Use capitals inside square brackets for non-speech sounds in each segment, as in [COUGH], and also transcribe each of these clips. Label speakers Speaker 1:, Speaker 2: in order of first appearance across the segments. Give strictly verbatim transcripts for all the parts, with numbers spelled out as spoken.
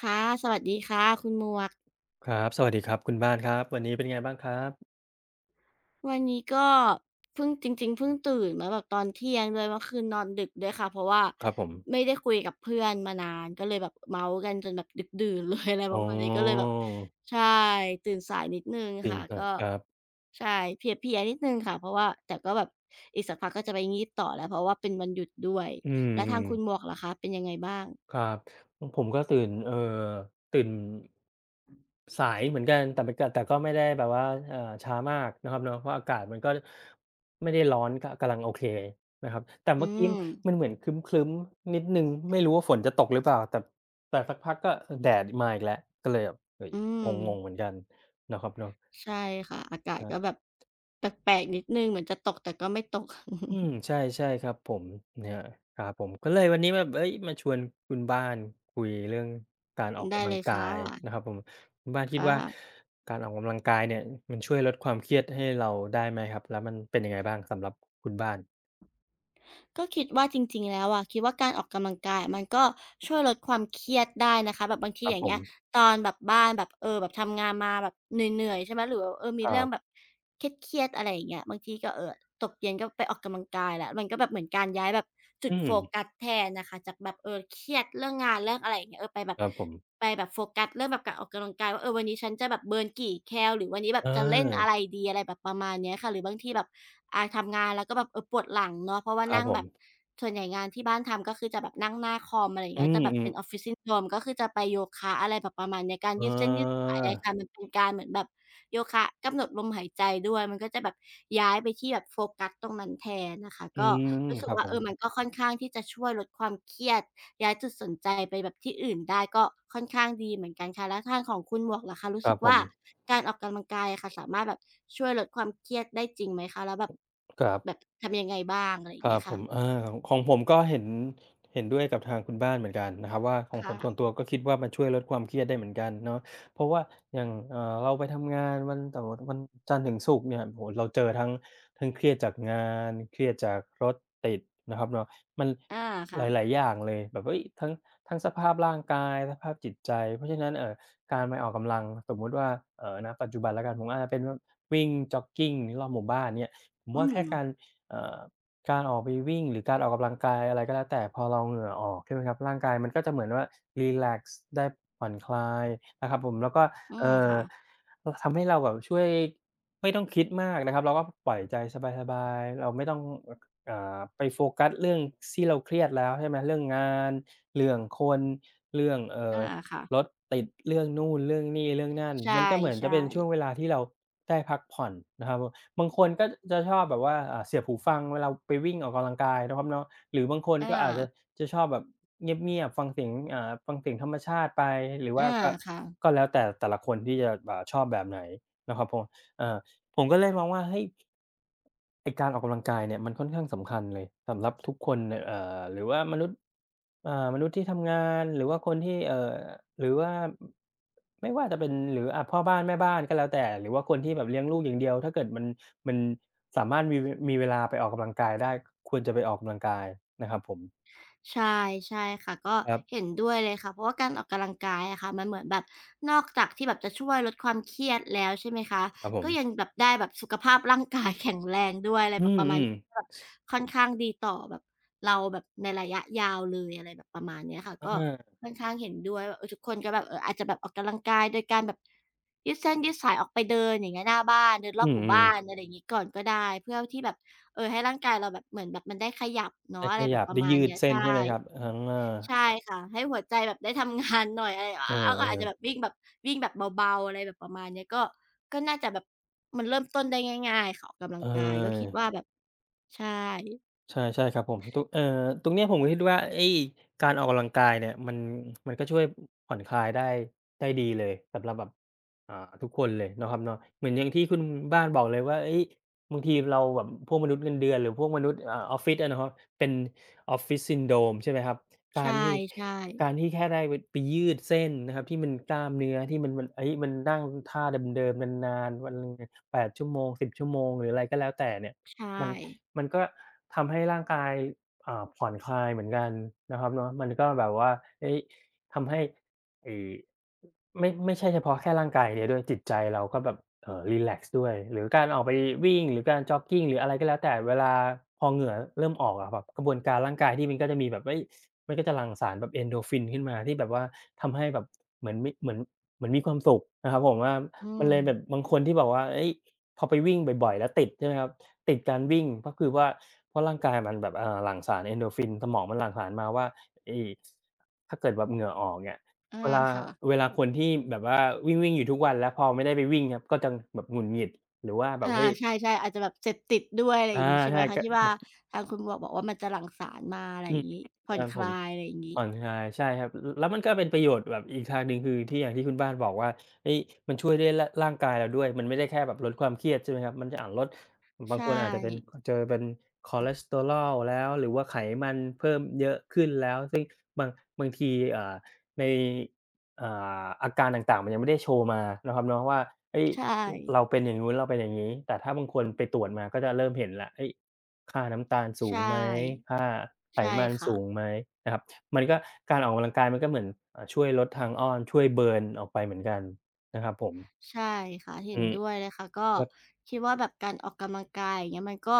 Speaker 1: ค่ะสวัสดีค่ะ คุณหมวก
Speaker 2: ครับสวัสดีครับคุณบ้านครับวันนี้เป็นไงบ้างครับ
Speaker 1: วันนี้ก็เพิ่งจริงๆเพิ่งตื่นมาแบบตอนเที่ยงด้วยเมื่อคืนนอนดึกด้วยค่ะเพราะว่า
Speaker 2: ครับผม
Speaker 1: ไม่ได้คุยกับเพื่อนมานานก็เลยแบบเมาท์กันจนแบบดึกดื่นเลย [LAUGHS] อะไร
Speaker 2: อ๋
Speaker 1: ประมาณนี้ก็เลย
Speaker 2: อ
Speaker 1: แบบใช่ตื่นสายนิดหนึ่ง
Speaker 2: ตื่น
Speaker 1: ค่ะ
Speaker 2: สา
Speaker 1: ก็
Speaker 2: ยครับ
Speaker 1: ใช่เพลียๆนิดหนึ่งค่ะเพราะว่าแต่ก็แบบอีกสักพักก็จะไปงีบต่อแล้วเพราะว่าเป็นวันหยุดด้วย
Speaker 2: อื
Speaker 1: แล้ว
Speaker 2: ม
Speaker 1: ทางคุณหมว
Speaker 2: ๆ
Speaker 1: กล่ะคะเป็นยังไงบ้าง
Speaker 2: ครับของผมก็ตื่นเอ่อตื่นสายเหมือนกัน แต่มันก็แต่ก็ไม่ได้แบบว่าเอ่อช้ามากนะครับเนาะเพราะอากาศมันก็ไม่ได้ร้อนก็กำลังโอเคนะครับแต่
Speaker 1: อื
Speaker 2: เมื่อกี้
Speaker 1: ม
Speaker 2: มันเหมือนครึ้มๆนิดหนึ่งไม่รู้ว่าฝนจะตกหรือเปล่าแต่แต่สักพักก็เออแดดมาอีกแล้วก็เลยแบบเฮ้ย
Speaker 1: อื
Speaker 2: ง
Speaker 1: ม
Speaker 2: งๆ เหมือนกันนะครับเนาะ
Speaker 1: ใช่ค่ะอากาศ
Speaker 2: ครั
Speaker 1: ก็แบ
Speaker 2: บ
Speaker 1: บแปลกๆนิดนึงเหมือนจะตกแต่ก็ไม่ตก [LAUGHS]
Speaker 2: อืมใช่ใช่ครับผมเนี่ยครับผมก็เลยวันนี้แบบเฮ้ยมาชวนคุณบ้านคุยเรื่องการออก
Speaker 1: ได้
Speaker 2: กำลั
Speaker 1: เล
Speaker 2: ง
Speaker 1: ย
Speaker 2: กา
Speaker 1: ค่ะ
Speaker 2: ยนะครับผมคุณบ้านคิด
Speaker 1: ค่ะ
Speaker 2: ว่าการออกกำลังกายเนี่ยมันช่วยลดความเครียดให้เราได้ไหมครับแล้วมันเป็นยังไงบ้างสำหรับคุณบ้าน
Speaker 1: ก็คิดว่าจริงๆแล้วอะคิดว่าการออกกำลังกายอะมันก็ช่วยลดความเครียดได้นะคะแบบบาง
Speaker 2: ค
Speaker 1: ที
Speaker 2: รับ
Speaker 1: อย่า
Speaker 2: ผ
Speaker 1: ง
Speaker 2: ม
Speaker 1: เงี้ยตอนแบบบ้านแบบเออแบบทำงานมาแบบเหนื่อยๆใช่ไหมหรือแบบเออ
Speaker 2: ค
Speaker 1: มี
Speaker 2: รั
Speaker 1: เรื่องแบบ
Speaker 2: บ
Speaker 1: เครียดๆอะไรอย่างเงี้ยบางทีก็เอ่อตกเย็นก็ไปออกกำลังกายแล้วมันก็แบบเหมือนการย้ายแบบจุ
Speaker 2: อื
Speaker 1: ด
Speaker 2: ม
Speaker 1: โฟกัสแทนน่ะค่ะจากแบบเออเครียดเรื่องงานเรื่องอะไรอย่างเงี้ยเออไปแบ
Speaker 2: ค
Speaker 1: บ
Speaker 2: รับผม
Speaker 1: ไปแบบโฟกัสเรื่องแบบการออกกำลังกายว่าเออวันนี้ฉันจะแบบเบิร์นกี่แคลหรือวันนี้แบบ
Speaker 2: อา
Speaker 1: จะเล่นอะไรดีอะไรแบบประมาณเนี้ยค่ะหรือบางทีแบบ อ่าทำงานแล้วก็แบบเออปวดหลังเนาะเพราะว่า
Speaker 2: ครับ
Speaker 1: นั่ง
Speaker 2: ผ
Speaker 1: แบ
Speaker 2: ม
Speaker 1: บส่วนใหญ่งานที่บ้านทำก็คือจะแบบนั่งหน้าคอมอะไรอย่าง
Speaker 2: อื
Speaker 1: เงี้ยก็จะแบ
Speaker 2: ม
Speaker 1: บเป็นออฟ
Speaker 2: ๆ
Speaker 1: ฟิศซินทร o มก็คือจะไปโยคะอะไรแบบประมาณเนี้ยการ
Speaker 2: เอ
Speaker 1: ยืดเส้นยืดสายอะไร
Speaker 2: า
Speaker 1: ค่ะมันเป็นการเหมือนแบบโยคะกำหนดลมหายใจด้วยมันก็จะแบบย้ายไปที่แบบโฟกัสตรงนั้นแทน นนะคะ
Speaker 2: อื
Speaker 1: ก็
Speaker 2: ม
Speaker 1: รู้
Speaker 2: ค
Speaker 1: สึก
Speaker 2: รับ
Speaker 1: ว่า
Speaker 2: ผ
Speaker 1: เออ
Speaker 2: ม
Speaker 1: มันก็ค่อนข้างที่จะช่วยลดความเครียดย้ายจุดสนใจไปแบบที่อื่นได้ก็ค่อนข้างดีเหมือนกันค่ะแล้วทางของคุณหมวกล่ะคะ
Speaker 2: ค
Speaker 1: รู้
Speaker 2: รั
Speaker 1: สึ
Speaker 2: บ
Speaker 1: ก
Speaker 2: ผม
Speaker 1: ว่าการออกกำลังกายอะค่ะสามารถแบบช่วยลดความเครียดได้จริงไหมคะแล้วแบบ
Speaker 2: ครั
Speaker 1: แบบ
Speaker 2: บ
Speaker 1: ทำยังไงบ้างอะไรอ
Speaker 2: ค
Speaker 1: ย่าง
Speaker 2: รั
Speaker 1: เงี้
Speaker 2: บ
Speaker 1: ย
Speaker 2: ผมอา
Speaker 1: ค่ะ
Speaker 2: ของผมก็เห็นเห็นด้วยกับทางคุณบ้านเหมือนกันนะครับว่าของผ
Speaker 1: ค่ะ
Speaker 2: มส่วนตัวก็คิดว่ามันช่วยลดความเครียดได้เหมือนกันเนาะเพราะว่าอย่างเอ่อเราไปทำงานวันแต่วันจันทร์ถึงศุกร์เนี่ยโอ้โฮเราเจอทั้งทั้งเครียดจากงานเครียดจากรถติดนะครับเนาะมัน
Speaker 1: อา
Speaker 2: ห
Speaker 1: ค่ะ
Speaker 2: ลายๆอย่างเลยแบบเฮ้ยทั้งทั้งสภาพร่างกายสภาพจิตใจเพราะฉะนั้นเอ่อการไปออกกำลังสมมุติว่าเอ่อณปัจจุบันแล้วกันผมอาจจะเป็นวิ่งจ็อกกิงรอบหมู่บ้านเนี่ยผม
Speaker 1: อื
Speaker 2: ว่า
Speaker 1: ม
Speaker 2: แค่การเอ่อ การออกไปวิ่งหรือการออกกำลังกายอะไรก็แล้วแต่พอเราเหงื่อออกใช่ไหมครับร่างกายมันก็จะเหมือนว่ารีแลกซ์ได้ผ่อนคลายนะครับผมแล้วก็
Speaker 1: อืม
Speaker 2: เอ่อ
Speaker 1: ค่ะ
Speaker 2: ทำให้เราแบบช่วยไม่ต้องคิดมากนะครับเราก็ปล่อยใจสบายๆเราไม่ต้องอ่าไปโฟกัสเรื่องที่เราเครียดแล้วใช่ไหมเรื่องงานเรื่องคนเรื่องเอ่อ
Speaker 1: อาค่ะ
Speaker 2: รถติดเรื่องนู่นเรื่องนี่เรื่องนั่น
Speaker 1: ใช
Speaker 2: มันก็เหมือนจะเป็
Speaker 1: ่
Speaker 2: นช่วงเว
Speaker 1: ๆ
Speaker 2: ลาที่เราได้พักผ่อนนะครับ บางคนก็จะชอบแบบว่าอ่าเสียบหูฟังเวลาไปวิ่งออกกำลังกายนะครับเนาะหรือบางคนก็อาจจะ
Speaker 1: อา
Speaker 2: จะชอบแบบเงียบๆฟังเสียงอ่าฟังเสียงธรรมชาติไปหรือว่า
Speaker 1: อา
Speaker 2: ก็
Speaker 1: ค่ะ
Speaker 2: ก็แล้วแต่แต่ละคนที่จะอ่าชอบแบบไหนนะครับผมเอ่อผมก็เลยมองว่าเฮ้ยไอ้การออกกำลังกายเนี่ยมันค่อนข้างสำคัญเลยสำหรับทุกคนเนี่ยเอ่อหรือว่ามนุษย์อ่ามนุษย์ที่ทำงานหรือว่าคนที่เอ่อหรือว่าไม่ว่าจะเป็นหรืออ่าพ่อบ้านแม่บ้านก็แล้วแต่หรือว่าคนที่แบบเลี้ยงลูกอย่างเดียวถ้าเกิดมัน มันสามารถมีวมีเวลาไปออกกำลังกายได้ควรจะไปออกกำลังกายนะครับผม
Speaker 1: ใช่ใช่ค่ะก็
Speaker 2: ครั
Speaker 1: เห็
Speaker 2: บ
Speaker 1: นด้วยเลยค่ะเพราะว่าการออกกำลังกายอะค่ะมันเหมือนแบบนอกจากที่แบบจะช่วยลดความเครียดแล้วใช่ไหมคะ
Speaker 2: ครับผ
Speaker 1: ก็ยัง
Speaker 2: ม
Speaker 1: แบบได้แบบสุขภาพร่างกายแข็งแรงด้วยอะไร
Speaker 2: อื
Speaker 1: แบบประมาณ
Speaker 2: ม
Speaker 1: นี้
Speaker 2: ๆ
Speaker 1: แบบค่อนข้างดีต่อแบบเราแบบในระยะยาวเลยอะไรแบบประมาณเนี้ยค่ะก็
Speaker 2: อา
Speaker 1: ค่อนข้างเห็นด้วยว่าเออทุกคนก็แบบเอออาจจะแบบออกกำลังกายโดยการแบบยืดเส้นยืดสายออกไปเดินอย่างเงี้ยหน้าบ้านเดินร
Speaker 2: อื
Speaker 1: อบหมู่
Speaker 2: ม
Speaker 1: บ้าน
Speaker 2: ๆ
Speaker 1: อะไรอย่างงี้ก่อนก็ได้เพื่อที่แบบ เออให้ร่างกายเราแบบเหมือนแบบมันได้ขยับ
Speaker 2: ได้
Speaker 1: เนาะ
Speaker 2: ข
Speaker 1: อะไรแบบ
Speaker 2: ยับ
Speaker 1: ประ
Speaker 2: ได้
Speaker 1: มาณ
Speaker 2: ยืด
Speaker 1: เนี้ย
Speaker 2: เส้น
Speaker 1: ใช่
Speaker 2: ใช่ไหมครับอา
Speaker 1: ใช่ค่ะให้หัวใจแบบได้ทำงานหน่อยอะไรอา
Speaker 2: เ
Speaker 1: อาก็อาจจะแบบ
Speaker 2: ออ
Speaker 1: วิ่งแบบวิ่งแบบเบาๆอะไรแบบประมาณเนี้ยก็ก็น่าจะแบบมันเริ่มต้นได้ง่ายๆค่ะออกกำลั
Speaker 2: ๆเอ
Speaker 1: งกายก็
Speaker 2: อ
Speaker 1: คิดว่าแบบใช่
Speaker 2: ใช่ใช่ครับผม ตรงเอ่อตรงเนี้ยผมก็คิดว่าไอ้การออกกำลังกายเนี่ยมันมันก็ช่วยผ่อนคลายได้ได้ดีเลยสำหรับแบบอ่าทุกคนเลยเนาะครับเนาะเหมือนอย่างที่คุณบ้านบอกเลยว่าเฮ้ยบางทีเราแบบพวกมนุษย์เงินเดือนหรือพวกมนุษย์อ่าออฟฟิศอะเนาะเป็น ออฟฟิศ ซินโดรม ใช่ไหมครับกา
Speaker 1: ใช
Speaker 2: รที่
Speaker 1: ่ๆ
Speaker 2: การที่แค่ได้ไปไปยืดเส้นนะครับที่มันกล้ามเนื้อที่มันมันเฮ้ยมันนั่งท่าเดิมๆนานๆวันหนึ่งเนี่ยแปดชั่วโมงสิบชั่วโมงหรืออะไรก็แล้วแต่เนี่ย
Speaker 1: ใช่
Speaker 2: มัน มันก็ทำให้ร่างกายอ่าผ่อนคลายเหมือนกันนะครับเนาะมันก็แบบว่าเฮ้ยทำให้ไอ้ ไม่ไม่ใช่เฉพาะแค่ร่างกายอย่างเดียวด้วยจิตใจเราก็แบบเอ่อรีแลกซ์ด้วยหรือการออกไปวิ่งหรือการจ็อกกิงหรืออะไรก็แล้วแต่เวลาพอเหงื่อเริ่มออกอะแบบกระบวนการร่างกายที่มันก็จะมีแบบเฮ้ยมันก็จะหลั่งสารแบบ Endorphin ขึ้นมาที่แบบว่าทำให้แบบเหมือนมีเหมือนเหมือนมีความสุขนะครับผมว่า
Speaker 1: อื
Speaker 2: มัน
Speaker 1: ม
Speaker 2: เลยแบบบางคนที่บอกว่าเฮ้ยพอไปวิ่งบ่อยๆแล้วติดใช่ไหมครับติดการวิ่งก็คือว่าเพราะร่างกายมันแบบเอ่อหลั่งสาร Endorphin สมองมันหลั่งสารมาว่าไอ้ถ้าเกิดแบบเหงื่อออกเนี่ย
Speaker 1: อา
Speaker 2: เวลา
Speaker 1: ค่ะ
Speaker 2: เวลาคนที่แบบว่าวิ่งๆอยู่ทุกวันแล้วพอไม่ได้ไปวิ่งครับก็จะแบบหงุดหงิดหรือว่าแบบ
Speaker 1: อา
Speaker 2: เฮ้ย
Speaker 1: ใช่ๆอาจจะแบบเสพติดด้วยอะไร
Speaker 2: อา
Speaker 1: อย่างงี้ใช่ไห
Speaker 2: ใช่
Speaker 1: ม
Speaker 2: ก
Speaker 1: คะที่ว่าทางคุณหมวกบอกว่ามันจะหลั่งสารมาอะไร
Speaker 2: อื
Speaker 1: อ
Speaker 2: ม
Speaker 1: ย่างงี้ผ่
Speaker 2: ค
Speaker 1: อน
Speaker 2: รับ
Speaker 1: ค
Speaker 2: ผม
Speaker 1: ลายอะไรอย่างงี้
Speaker 2: ผ่อนคลายใช่ครับลแล้วมันก็เป็นประโยชน์แบบอีกทางหนึ่งคือที่อย่างที่คุณบ้านบอกว่าเฮ้ยมันช่วยด้วยร่าร่างกายเราด้วยมันไม่ได้แค่แบบลดความเครียดใช่ไหมครับมันจะอ่าลดบาง
Speaker 1: ใช่
Speaker 2: คนอาจจะเป็นเจอเป็นคอเลสเตอรอลแล้วหรือว่าไขมันเพิ่มเยอะขึ้นแล้วซึ่งบางบางทีอ่าในอ่าอาการต่างๆมันยังไม่ได้โชว์มานะครับเนาะว่าเฮ้ย
Speaker 1: ใช่
Speaker 2: เราเป็นอย่างนู้นเราเป็นอย่างงี้แต่ถ้าบางคนไปตรวจมาก็จะเริ่มเห็นแล้วเฮ้ยค่าน้ำตาลสู
Speaker 1: ใช
Speaker 2: งไหม
Speaker 1: ่
Speaker 2: ค่าไข
Speaker 1: ใช่
Speaker 2: มัน
Speaker 1: ค่ะ
Speaker 2: สูงไหมนะครับ มันก็การออกกำลังกายมันก็เหมือนอ่าช่วยลดทางอ้อนช่วยเบิร์นออกไปเหมือนกันนะครับผม
Speaker 1: ใช่ค่ะ
Speaker 2: อื
Speaker 1: เห็น
Speaker 2: ม
Speaker 1: ด้วยเลยค่ะก็
Speaker 2: ก็
Speaker 1: คิดว่าแบบการออกกำลังกายอย่างเงี้ยมันก็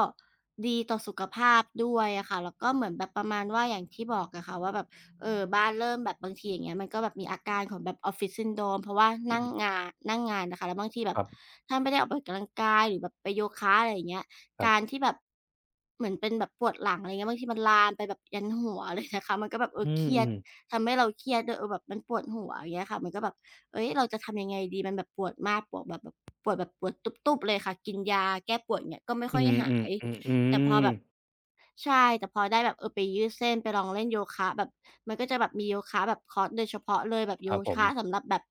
Speaker 1: ดีต่อสุขภาพด้วยอะค่ะแล้วก็เหมือนแบบประมาณว่าอย่างที่บอกอะค่ะว่าแบบเออบ้านเริ่มแบบบางทีอย่างเงี้ยมันก็แบบมีอาการของแบบออฟฟิศ s ินโด o m เพราะว่า
Speaker 2: อื
Speaker 1: นั่ง
Speaker 2: ม
Speaker 1: งานนั่งงานนะคะแล้วบางทีแบ
Speaker 2: ค
Speaker 1: บ
Speaker 2: รับ
Speaker 1: ถ้าไม่ได้ออกไปออกกำลังกายหรือแบบไปโยคะอะไรอย่างเงี้ย
Speaker 2: ครั
Speaker 1: การ
Speaker 2: บ
Speaker 1: ที่แบบเหมือนเป็นแบบปวดหลังอะไรเงี้ยบางทีมันลามไปแบบยันหัวเลยนะคะมันก็แบบเอ
Speaker 2: อื
Speaker 1: อเครี
Speaker 2: ม
Speaker 1: ยด
Speaker 2: ๆ
Speaker 1: ทำให้เราเครียดด้วยเออแบบมันปวดหัวอย่างเงี้ยค่ะมันก็แบบ เอ้ยเราจะทำยังไงดีมันแบบปวดมากปวดแบบแบบปวดแบบปวดตุ๊บๆเลยค่ะกินยาแก้ปวดอย่างเงี้ยก็ไม่
Speaker 2: อื
Speaker 1: ค่อยหา
Speaker 2: ม
Speaker 1: ย
Speaker 2: ๆๆอื
Speaker 1: แต่พอ
Speaker 2: ม
Speaker 1: แบบ ใช่แต่พอได้แบบเออไปยืดเส้นไปลองเล่นโยคะแบบมันก็จะแบบมีโยคะแบบคอร์สโดยเฉพาะเลยแบบ
Speaker 2: ค
Speaker 1: โย
Speaker 2: รับผม
Speaker 1: คะสำหรับแบบ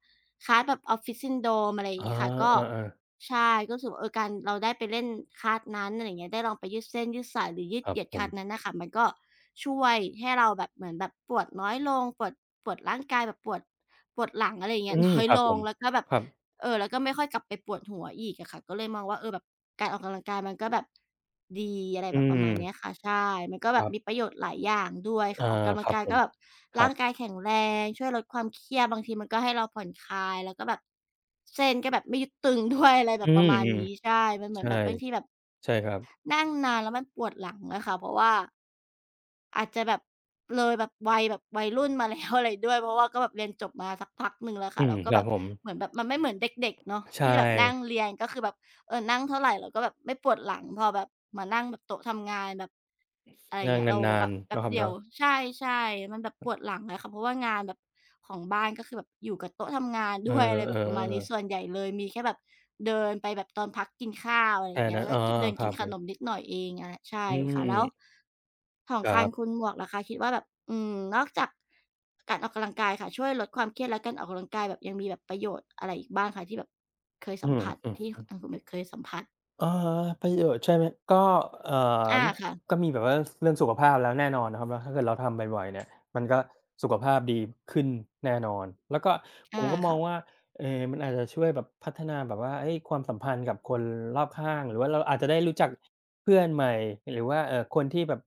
Speaker 1: คลาสแบบ Office Syndrome อะไรอ
Speaker 2: อ๋
Speaker 1: ย่าง
Speaker 2: อ
Speaker 1: เงี้ยค่ะก็
Speaker 2: เออๆ
Speaker 1: ใช่ก็รู้สึกว่าเออการเราได้ไปเล่นคลาสนั้นอะไรอย่างเงี้ยได้ลองไปยืดเส้นยืดสายหรือยื
Speaker 2: ค
Speaker 1: ด
Speaker 2: รั
Speaker 1: เห
Speaker 2: บ
Speaker 1: ยียด
Speaker 2: ผ
Speaker 1: คลา
Speaker 2: ม
Speaker 1: สนั้นน่ะค่ะมันก็ช่วยให้เราแบบเหมือนแบบปวดน้อยลงปวดปวดร่างกายแบบปวดปวดหลังอะไรอย่างเงี้
Speaker 2: อื
Speaker 1: ย [LAUGHS]
Speaker 2: ม
Speaker 1: น้อย
Speaker 2: ครับ
Speaker 1: ล
Speaker 2: ผ
Speaker 1: ง
Speaker 2: ม
Speaker 1: แล้วก็แบบ
Speaker 2: ครับ
Speaker 1: เออแล้วก็ไม่ค่อยกลับไปปวดหัวอีกอะค่ะก็เลยมองว่าเออแบบการออกกำลังกายมันก็แบบดีอะไร
Speaker 2: อื
Speaker 1: แบบป
Speaker 2: ม
Speaker 1: ระมาณเนี้ยค่ะใช่มันก็
Speaker 2: ค
Speaker 1: แบบ
Speaker 2: รั
Speaker 1: มีป
Speaker 2: บ
Speaker 1: ระโยชน์หลายอย่างด้วย
Speaker 2: อา
Speaker 1: ค่ะออกกำ
Speaker 2: ค
Speaker 1: ลัง
Speaker 2: รับ
Speaker 1: กาย
Speaker 2: ผม
Speaker 1: ก็แบบ
Speaker 2: ครั
Speaker 1: ร่างกา
Speaker 2: บ
Speaker 1: ยแข็งแรงช่วยลดความเครียดบางทีมันก็ให้เราผ่อนคลายแล้วก็แบบเส้นก็แบบไม่ยึดตึง [LAUGHS] ด้วยอะไรแบ
Speaker 2: อื
Speaker 1: บประ
Speaker 2: ม
Speaker 1: มาณนี้ใช่มันเห
Speaker 2: ๆ
Speaker 1: มือน
Speaker 2: ใช่
Speaker 1: แบบบางทีแบบ
Speaker 2: ใช่ครับ
Speaker 1: นั่งนานแล้วมันปวดหลังอะค่ะเพราะว่าอาจจะแบบเลยแบบวัยแบบวัยรุ่นมาแล้วอะไรด้วยเพราะว่าก็แบบเรียนจบมาสักพักหนึ่งแล้วค่ะ
Speaker 2: อืม
Speaker 1: แล้วก็
Speaker 2: ครั
Speaker 1: แบ
Speaker 2: บ
Speaker 1: บ
Speaker 2: ผม
Speaker 1: เหมือนแบบมันไม่เหมือนเด็กๆเนาะ
Speaker 2: ใช
Speaker 1: ที่แบบนั่ง
Speaker 2: ่
Speaker 1: เรียนก็คือแบบ เออนั่งเท่าไหร่เราก็แบบไม่ปวดหลังพอแบบมานั่งแบบโต๊ะทำงานแบบอะไร
Speaker 2: นั่ง
Speaker 1: เงี้ยเรา
Speaker 2: นา
Speaker 1: แบ
Speaker 2: น
Speaker 1: บ
Speaker 2: ๆ
Speaker 1: แป๊
Speaker 2: เนาะ
Speaker 1: บ
Speaker 2: ครับ
Speaker 1: เดียว
Speaker 2: เนาะ
Speaker 1: ใช่ใช่มันแบบปวดหลังเละค่ะเพราะว่างานแบบของบ้านก็คือแบบอยู่กับโต๊ะทำงาน [LAUGHS]
Speaker 2: เออ
Speaker 1: ด้วย [LAUGHS] อะไรแบบประมาณนี้ส่
Speaker 2: ๆ
Speaker 1: วนใหญ่เลยมีแค่แบบเดินไปแบบตอนพักกินข้าวอะ
Speaker 2: ๆ
Speaker 1: ไรอ
Speaker 2: แค่
Speaker 1: ย่างเงี้ย
Speaker 2: นั้น
Speaker 1: แล้วก็
Speaker 2: อ๋อ
Speaker 1: เดิน
Speaker 2: ค
Speaker 1: กิ
Speaker 2: รั
Speaker 1: น
Speaker 2: บ
Speaker 1: ข
Speaker 2: ผ
Speaker 1: นม
Speaker 2: ม
Speaker 1: นิดหน่อยเองอะใช่
Speaker 2: อื
Speaker 1: ค่ะแล้ว
Speaker 2: ม
Speaker 1: ของ
Speaker 2: ครั
Speaker 1: คานคุ
Speaker 2: บ
Speaker 1: ณหมวกล่ะคะคิดว่าแบบอืมนอกจากการออกกำลังกายค่ะช่วยลดความเครียดและการออกกำลังกายแบบยังมีแบบประโยชน์อะไรอีกบ้างคะที่แบบเคย
Speaker 2: อื
Speaker 1: สัมผัสที่
Speaker 2: ม
Speaker 1: ทางคุณหมวกเคยสัมผัส
Speaker 2: เออประโยชน์ใช่ไหมก็เอ่อ
Speaker 1: อาค่ะ
Speaker 2: ก็มีแบบว่าเรื่องสุขภาพแล้วแน่นอนนะครับเนาะถ้าเกิดเราทำบ่อยๆเนี่ยมันก็สุขภาพดีขึ้นแน่นอนแล้วก็ผ
Speaker 1: อา
Speaker 2: มก็มอง
Speaker 1: ค่ะ
Speaker 2: ว่าเอ่อมันอาจจะช่วยแบบพัฒนาแบบว่าเฮ้ยความสัมพันธ์กับคนรอบข้างหรือว่าเราอาจจะได้รู้จักเพื่อนใหม่หรือว่าเอ่อคนที่แบบ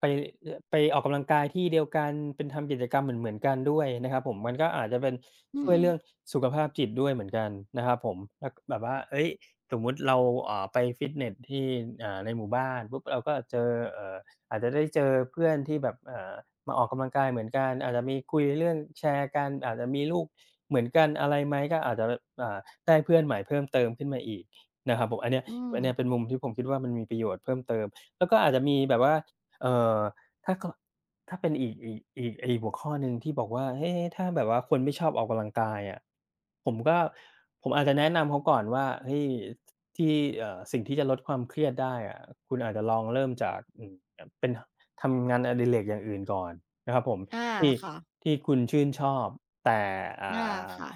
Speaker 2: ไปเอ่อไปออกกำลังกายที่เดียวกันเป็นทำกิจกรรมเหมือนๆกันด้วยนะครับผมมันก็อาจจะเป็น
Speaker 1: อื
Speaker 2: ช่วย
Speaker 1: ม
Speaker 2: เรื่องสุขภาพจิตด้วยเหมือนกันนะครับผมแล้วแบบว่าเฮ้ย สมมุติเราอ่าไปฟิตเนสที่อ่าในหมู่บ้านปุ๊บเราก็เจอเอ่ออาจจะได้เจอเพื่อนที่แบบเอ่อมาออกกำลังกายเหมือนกันอาจจะมีคุยเรื่องแชร์กันอาจจะมีลูกเหมือนกันอะไรไหมก็อาจจะแบบอ่าได้เพื่อนใหม่เพิ่มเติมขึ้นมาอีกนะครับผมอันเนี้ย
Speaker 1: อืม
Speaker 2: อันเนี้ยเป็นมุมที่ผมคิดว่ามันมีประโยชน์เพิ่มเติมแล้วก็อาจจะมีแบบว่าเอ่อถ้ากล ถ้าเป็นอีกอีกอีกไอ้หัวข้อหนึ่งที่บอกว่าเอ๊ะถ้าแบบว่าคนไม่ชอบออกกำลังกายอะผมก็ผมอาจจะแนะนำเขาก่อนว่าเฮ้ยที่เอ่อสิ่งที่จะลดความเครียดได้อะคุณอาจจะลองเริ่มจากอืมแบบเป็นทำงานอดิเรกอย่างอื่นก่อนนะครับผม
Speaker 1: อา
Speaker 2: ที่
Speaker 1: ค่ะ
Speaker 2: ที่คุณชื่นชอบแต่อ่
Speaker 1: อา
Speaker 2: า
Speaker 1: ค่ะ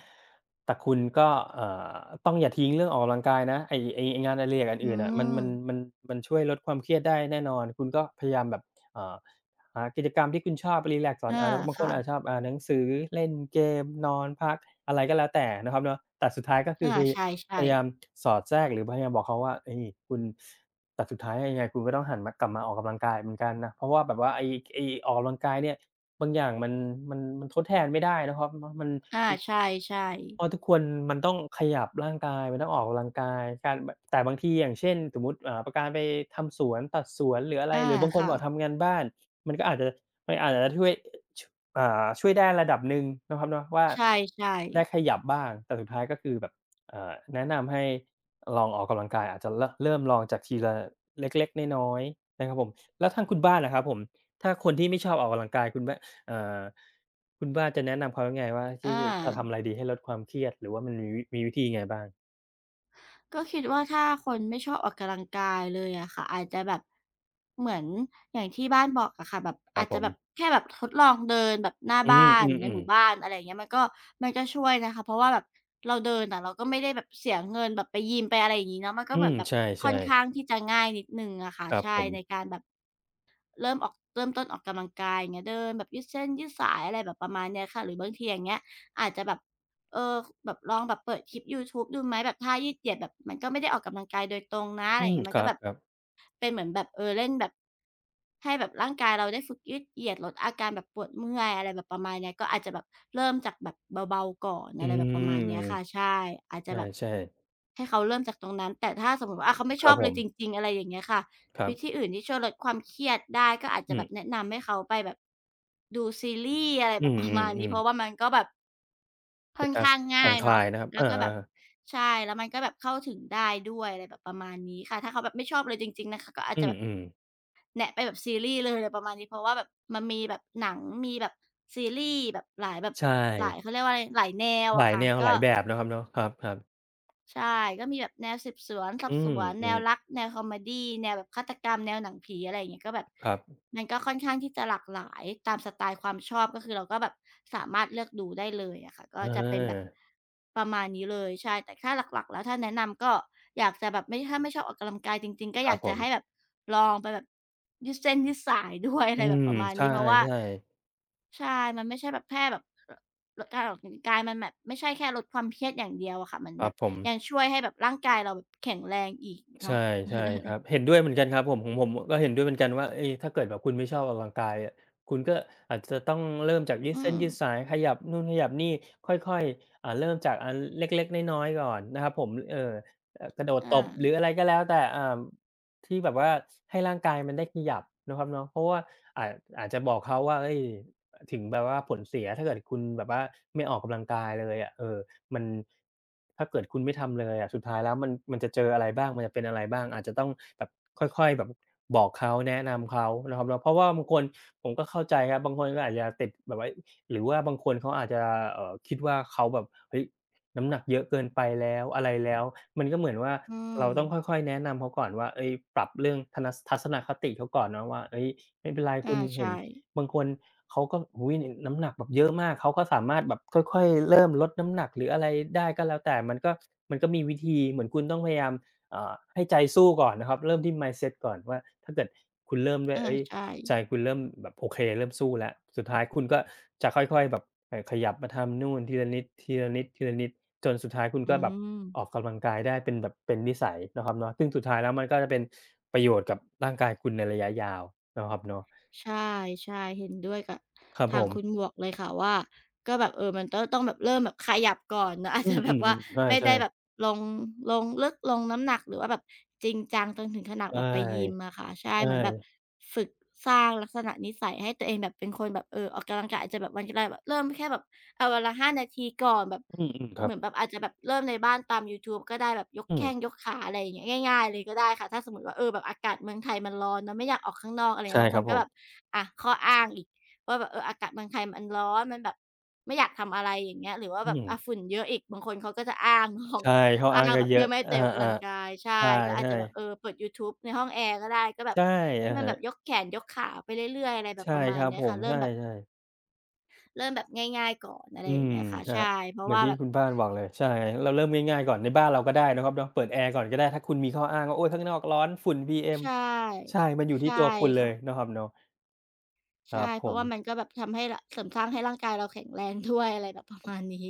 Speaker 2: แต่คุณก็เอ่อต้องอย่าทิ้งเรื่องออกกำลังกายนะไอ้ไอ้ไอ้งานอดิเรกอัน
Speaker 1: อื
Speaker 2: อื่นน่ะมันมั
Speaker 1: ม
Speaker 2: นมันมันช่วยลดความเครียดได้แน่นอนคุณก็พยายามแบบเอ่อ หากิจกรรมที่คุณชอบรีแลกซ์ก่อน
Speaker 1: อา
Speaker 2: อาบางคน
Speaker 1: ค่ะ
Speaker 2: อาจจะชอบอ่านหนังสือเล่นเกมนอนพักอะไรก็แล้วแต่นะครับเนาะแต่สุดท้ายก็คือ
Speaker 1: อา
Speaker 2: พยพ
Speaker 1: ใช่
Speaker 2: ยายาม
Speaker 1: ๆ
Speaker 2: สอดแทรกหรือพยายามบอกเขาว่าเฮ้ยคุณแต่สุดท้ายยังไงคุณก็ต้องหันมากลับมาออกกำลังกายเหมือนกันนะเพราะว่าแบบว่าไอ้ไอ้ออกกำลังกายเนี่ยบางอย่างมันมันมันทดแทนไม่ได้นะครับมมัน
Speaker 1: อา
Speaker 2: มัน
Speaker 1: ใช่
Speaker 2: เพราะทุ
Speaker 1: ๆ
Speaker 2: กคนมันต้องขยับร่างกายมันต้องออกกำลังกายการบแต่บางทีอย่างเช่นสมมุติอ่าการไปทำสวนตัดสวนหรืออะไร
Speaker 1: อา
Speaker 2: หรือบางคน
Speaker 1: ค่ะ
Speaker 2: บอกทำงานบ้าน มันก็อาจจะมันอาจจะช่วยชอ่าช่วยได้ระดับหนึ่งนะครับเนาะว่า
Speaker 1: ใช่
Speaker 2: ได้ข
Speaker 1: ๆ
Speaker 2: ยับบ้างแต่สุดท้ายก็คือแบบเอ่อแนะนำให้ลองออกกำลังกายอาจจะรเริ่มลองจากทีละเล็กๆน้อยๆนะครับผมแล้วทางคุณบ้านล่ะครับผมถ้าคนที่ไม่ชอบออกกำลังกายคุณบ้านเอ่อคุณบ้านจะแนะนำเขายังไงว่าที่
Speaker 1: อา
Speaker 2: จะทำอะไรดีให้ลดความเครียดหรือว่ามันมีวิมีวิธียังไงบ้าง
Speaker 1: ก็คิดว่าถ้าคนไม่ชอบออกกำลังกายเลยอะค่ะอาจจะแบบเหมือนอย่างที่บ้านบอกอะค่ะแบบ
Speaker 2: ครั
Speaker 1: อา
Speaker 2: บ
Speaker 1: จ
Speaker 2: ผ
Speaker 1: จะแบบ
Speaker 2: ม
Speaker 1: แค่แบบทดลองเดินแบบหน้า
Speaker 2: อื
Speaker 1: บ้า
Speaker 2: ม
Speaker 1: น
Speaker 2: อื
Speaker 1: ในห
Speaker 2: อ
Speaker 1: มู่บ้า
Speaker 2: ๆ
Speaker 1: นอะไรอย่างเงี้ยมันก็มันก็ช่วยนะคะเพราะว่าแบบเราเดินอะเราก็ไม่ได้แบบเสียเงินแบบไปยิมไปอะไรอย่างงี้เนาะมันก็
Speaker 2: อื
Speaker 1: เหมือ
Speaker 2: ม
Speaker 1: นแบบ
Speaker 2: ใช
Speaker 1: ค่
Speaker 2: ่
Speaker 1: อนข้าง
Speaker 2: ๆ
Speaker 1: ที่จะง่ายนิดนึงอะค่ะ
Speaker 2: ครับ
Speaker 1: ใช่
Speaker 2: ผม
Speaker 1: ในการแบบ เริ่มออกเริ่มต้นออกกำลังกายอย่างเงี้ยเดินแบบยืดเส้นยืดสายอะไรแบบประมาณเนี้ยค่ะหรือบางทีอย่างเงี้ยอาจจะแบบเออแบบลองแบบเปิดคลิปยูทูบดูไหมแบบท่ายืดเหยียดแบบมันก็ไม่ได้ออกกำลังกายโดยตรงนะอะ
Speaker 2: อื
Speaker 1: ไรอย่าง
Speaker 2: ม
Speaker 1: เงี้ย
Speaker 2: ค
Speaker 1: มัน
Speaker 2: ร
Speaker 1: ก็แบบ
Speaker 2: ับๆ
Speaker 1: เป็นเหมือนแบบเออเล่นแบบให้แบบร่างกายเราได้ฝึกยืดเหยียดลดอาการแบบปวดเมื่อยอะไรแบบประมาณเนี้ยก็อาจจะแบบเริ่มจากแบบเบาๆก่อน
Speaker 2: อื
Speaker 1: อะไรแบบประมาณ
Speaker 2: ม
Speaker 1: เนี้ยค่ะใช่อาจ
Speaker 2: ใ
Speaker 1: จะแบบ
Speaker 2: ช่ๆ
Speaker 1: ให้เขาเริ่มจากตรงนั้นแต่ถ้าสมมุติว่าอาเขาไม่
Speaker 2: ค
Speaker 1: ช
Speaker 2: รั
Speaker 1: อ
Speaker 2: บ
Speaker 1: บ
Speaker 2: ผ
Speaker 1: เลย
Speaker 2: ม
Speaker 1: จริงๆอะไรอย่างเงี้ยค่ะ
Speaker 2: ครั
Speaker 1: วิธี
Speaker 2: บ
Speaker 1: อื่นที่ช่วยลดความเครียดได้ก็อาจ
Speaker 2: อื
Speaker 1: จะแบบ
Speaker 2: ม
Speaker 1: แนะนำให้เขาไปแบบดูซีรีส์อะไร
Speaker 2: อื
Speaker 1: แบบ [LAUGHS] ประมาณนี้
Speaker 2: ม
Speaker 1: เพ
Speaker 2: ๆ
Speaker 1: ราะว่า
Speaker 2: ๆ
Speaker 1: มันก็แบบ
Speaker 2: เป็
Speaker 1: ค่
Speaker 2: น
Speaker 1: อน
Speaker 2: การ
Speaker 1: ข้าง
Speaker 2: ผ่อ
Speaker 1: ง่า
Speaker 2: น
Speaker 1: ย
Speaker 2: คลา
Speaker 1: เนาะ
Speaker 2: ยนะครับ
Speaker 1: แล้ว
Speaker 2: อา
Speaker 1: ก็แบบ
Speaker 2: ๆ
Speaker 1: ใช่แล้วมันก็แบบเข้าถึงได้ด้วยอะไรแบบประมาณนี้ค่ะถ้าเขาแบบไม่ชอบเลยจริงๆนะคะก็อาจ
Speaker 2: อื
Speaker 1: จะแบบ
Speaker 2: มๆ
Speaker 1: แนะไปแบบซีรีส์เลยอะไรประมาณนี้เพราะว่าแบบมันมีแบบหนังมีแบบซีรีส์แบบหลายแบบ
Speaker 2: ใช
Speaker 1: หลาย
Speaker 2: ่
Speaker 1: เขาเรียกว่าอะไรหลายแนว
Speaker 2: หลา
Speaker 1: อะ
Speaker 2: ย
Speaker 1: ค่ะ
Speaker 2: แนวห
Speaker 1: ก็
Speaker 2: ลายแบบเนาะครับเนาะครับๆ
Speaker 1: ใช่ก็มีแบบแนวสืบสวนสอ
Speaker 2: อื
Speaker 1: บส
Speaker 2: ม
Speaker 1: วน
Speaker 2: อื
Speaker 1: แนว
Speaker 2: ม
Speaker 1: รักแนวคอมเมดีแนวแบบฆาตกรรมแนวหนังผีอะไรอย่างเงี้ยก็แบบ
Speaker 2: ครับ
Speaker 1: มันก็ค่อนข้างที่จะหลากหลายตามสไตล์ความชอบก็คือเราก็แบบสามารถเลือกดูได้เลยอะค่ะก็
Speaker 2: อ
Speaker 1: จะเป็นแบบ
Speaker 2: า
Speaker 1: ประมาณนี้เลยใช่แต่ถ้าหลักๆแล้วถ้าแนะนำก็อยากจะแบบไม่ถ้าไม่ชอบออกกำลังกายจริงๆก็
Speaker 2: ค
Speaker 1: อ
Speaker 2: รับ
Speaker 1: ยาก
Speaker 2: ผ
Speaker 1: จะให้
Speaker 2: ม
Speaker 1: แบบลองไปแบบยืดเส้นยืดสายด้วยอะ
Speaker 2: อื
Speaker 1: ไรแบบ
Speaker 2: ม
Speaker 1: ประมาณ
Speaker 2: ใช่
Speaker 1: นี้เพราะว่า
Speaker 2: ๆ
Speaker 1: ใช่ มันไม่ใช่แบบแค่แบบลลดการออกกำลังกายมันแบบไม่ใช่แค่ลดความเครียดอย่างเดียวอะค่ะ มัน
Speaker 2: ค
Speaker 1: แบ
Speaker 2: รับ
Speaker 1: บ
Speaker 2: ผม
Speaker 1: ยังช่วยให้แบบร่างกายเราแบบแข็งแรงอีก
Speaker 2: ใช่
Speaker 1: เนาะ
Speaker 2: ใช่ครับเห็นด้วยเหมือนกันครับผมของผมก็เห็นด้วยเหมือนกันว่าเอ๊ยถ้าเกิดแบบคุณไม่ชอบออกกำลังกายอะคุณก็อาจจะต้องเริ่มจากยืด
Speaker 1: อื
Speaker 2: เส้น
Speaker 1: ม
Speaker 2: ยืดสายขยับนู่นขยับนี่ค่อยๆอ่าเริ่มจากอันเล็กๆน้อยๆก่อนนะครับผมเอ่อเอ่อกระโดดตบหรื
Speaker 1: อา
Speaker 2: ออะไรก็แล้วแต่อ่าที่แบบว่าให้ร่างกายมันได้ขยับนะครับเนาะเพราะว่าอาจอาจจะบอกเขาว่าเฮ้ยถึงแบบว่าผลเสียถ้าเกิดคุณแบบว่าไม่ออกกำลังกายเลยอะเออ มันถ้าเกิดคุณไม่ทำเลยอะสุดท้ายแล้วมันมันจะเจออะไรบ้างมันจะเป็นอะไรบ้างอาจจะต้องแบบค่อยๆแบบบอกเขาแนะนำเขานะครับเนาะเพราะว่าบางคนผมก็เข้าใจครับบางคนก็อาจจะติดแบบว่าหรือว่าบางคนเขาอาจจะเอ่อคิดว่าเขาแบบเฮ้ยน้ำหนักเยอะเกินไปแล้วอะไรแล้วมันก็เหมือนว่า
Speaker 1: อืม
Speaker 2: เราต้องค่อยๆแนะนำเขาก่อนว่าเฮ้ยปรับเรื่องทะนัสทัศนคติเขาก่อนเนาะว่าเฮ้ยไม่เป็นไรคุ
Speaker 1: อา
Speaker 2: ณเห็น
Speaker 1: ใช่
Speaker 2: บางคนเขาก็โอ้โฮน้ำหนักแบบเยอะมาก เขาก็สามารถแบบค่อยๆเริ่มลดน้ำหนักหรืออะไรได้ก็แล้วแต่มันก็มันก็มีวิธีเหมือนคุณต้องพยายามเอ่าให้ใจสู้ก่อนนะครับเริ่มที่ mindset ก่อนว่าถ้าเกิดคุณเริ่มด้วย
Speaker 1: อา
Speaker 2: เฮ้ย
Speaker 1: ใช่
Speaker 2: ใจคุณเริ่มแบบโอเคเริ่มสู้แล้วสุดท้ายคุณก็จะค่อยๆแบบเอ่อขยับมาทำนู่นทีละนิดทีละนิดทีละนิดจนสุดท้ายคุณ
Speaker 1: อื
Speaker 2: ก็แบบออก
Speaker 1: ม
Speaker 2: กำลังกายได้เป็นแบบเป็นนิสัยนะครับเนาะซึ่งสุดท้ายแล้วมันก็จะเป็นประโยชน์กับร่างกายคุณในระยะยาวนะครับเนาะ
Speaker 1: ใช่ใช่เห็นด้วยกับ
Speaker 2: ครับผ
Speaker 1: ทาง
Speaker 2: ม
Speaker 1: คุณหมวกเลยค่ะว่าก็แบบเออมันต้องต้องแบบเริ่มแบบขยับก่อนเนาะ [LAUGHS] อาจ
Speaker 2: อื
Speaker 1: จะ
Speaker 2: ม
Speaker 1: แบ
Speaker 2: อืม
Speaker 1: บ
Speaker 2: อม
Speaker 1: ว่าไม่
Speaker 2: ใช่
Speaker 1: ได้แบบ
Speaker 2: ๆ
Speaker 1: ลงลงลึกลงน้ำหนักหรือว่าแบบจริงจังจนถึงขนาด
Speaker 2: ใช
Speaker 1: แบบไปยิม
Speaker 2: ่
Speaker 1: อะค่ะใช่
Speaker 2: ใช
Speaker 1: เหมือนแบบ
Speaker 2: ่
Speaker 1: ฝึกสร้างลักษณะนิสัยให้ตัวเองแบบเป็นคนแบบเออออกกำลังกายอาจจะแบบวันแรกแบบเริ่มแค่แบบ เอาวันละห้านาทีก่อนแบบ
Speaker 2: อืมอืมครั
Speaker 1: เหมือนแบ
Speaker 2: บ
Speaker 1: บอาจจะแบบเริ่มในบ้านตามยูทูบก็ได้แบบยก
Speaker 2: อืม
Speaker 1: แข้งยกขาอะไรอย่างเงี้ยง่ายๆเลยก็ได้ค่ะถ้าสมมุติว่าเออแบบอากาศเมืองไทยมันร้อนเนาะไม่อยากออกข้างนอกอะไร
Speaker 2: ใช่
Speaker 1: เงี้ยบาง
Speaker 2: ค
Speaker 1: ค
Speaker 2: รับ
Speaker 1: น
Speaker 2: ผ
Speaker 1: ก็แบบ
Speaker 2: ม
Speaker 1: อ่าข้ออ้างอีกว่าแบบเอออากาศเมืองไทยมันร้อนมันแบบไม่อยากทำอะไรอย่างเงี้ยหรือว่า
Speaker 2: อื
Speaker 1: แบบ
Speaker 2: ม
Speaker 1: อ่าฝุ่นเยอะอีกบางคนเขาก็จะอ้างของ
Speaker 2: ใช่ข้อ
Speaker 1: [LAUGHS] อ้า
Speaker 2: อ้าง
Speaker 1: ง
Speaker 2: ก็
Speaker 1: แบบ
Speaker 2: เย
Speaker 1: เพื่
Speaker 2: อะ
Speaker 1: อไม่ให้ตัวเองออกกำ
Speaker 2: อา
Speaker 1: ลังกายใช่
Speaker 2: ๆ
Speaker 1: ก็อาจ
Speaker 2: ใช่
Speaker 1: จะแบบเอ
Speaker 2: ๆ
Speaker 1: อเปิดยูทูบในห้องแอร์ก็ได้ก็แบบ
Speaker 2: ใช่
Speaker 1: ที่
Speaker 2: อะ
Speaker 1: มัน
Speaker 2: ฮะ
Speaker 1: แบบยกแขนยกขาไปเรื่อยๆอะไรแบบป
Speaker 2: ใช่
Speaker 1: ระมา
Speaker 2: ค
Speaker 1: ณ
Speaker 2: รับ
Speaker 1: เนี้ย
Speaker 2: ผม
Speaker 1: ค่ะ
Speaker 2: ใช
Speaker 1: เริ่มแบบ
Speaker 2: ่ๆ
Speaker 1: เริ่มแบบง่ายๆก่อนอะ
Speaker 2: อื
Speaker 1: ไรอย่า
Speaker 2: ม
Speaker 1: งเงี้ยค่ะ
Speaker 2: ครับ
Speaker 1: ใช่เพ
Speaker 2: เห
Speaker 1: ราะ
Speaker 2: มือน
Speaker 1: ว่า
Speaker 2: ที่
Speaker 1: แบบ
Speaker 2: คุณบ้านบอกเลยใช่เราเริ่มง่ายๆก่อนในบ้านเราก็ได้นะครับเนาะเปิดแอร์ก่อนก็ได้ถ้าคุณมีข้ออ้างว่าโอ๊ยข้างนอกร้อนฝุ่น พี เอ็ม"
Speaker 1: ใช
Speaker 2: ใช่
Speaker 1: ่
Speaker 2: มันอยู่ที่
Speaker 1: ใช่
Speaker 2: ตัวคุณเล
Speaker 1: ค่ะ
Speaker 2: ยเนาะครับเนาะค
Speaker 1: ใช่
Speaker 2: รับผ
Speaker 1: เพราะ
Speaker 2: ม
Speaker 1: ว่ามันก็แบบทำให้รเสริมสร้างให้ร่างกายเราแข็งแรงด้วยอะไรแบบประมาณนี้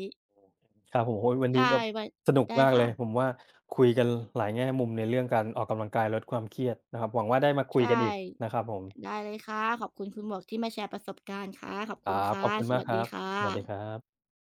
Speaker 2: ครับผมโอ้โฮวันนี้
Speaker 1: ใช่
Speaker 2: แบบ
Speaker 1: ไว้
Speaker 2: สนุก
Speaker 1: ได้
Speaker 2: มากเล
Speaker 1: ค่ะ
Speaker 2: ยผมว่าคุยกันหลายแง่มุมในเรื่องการออกกำลังกายลดความเครียดนะครับหวังว่าได้มาคุ
Speaker 1: ใช
Speaker 2: ยกันอีก
Speaker 1: ่
Speaker 2: นะครับผม
Speaker 1: ได้เลยค่ะขอบคุณคุณหมวกที่มาแชร์ประสบการณ์ค่ะขอบ
Speaker 2: ค
Speaker 1: คุณ
Speaker 2: รับข
Speaker 1: ค่ะ
Speaker 2: อบคุณ
Speaker 1: ส
Speaker 2: มาก
Speaker 1: วัส
Speaker 2: ครั
Speaker 1: ดี
Speaker 2: บ
Speaker 1: ค่ะ
Speaker 2: สวัสดีครับ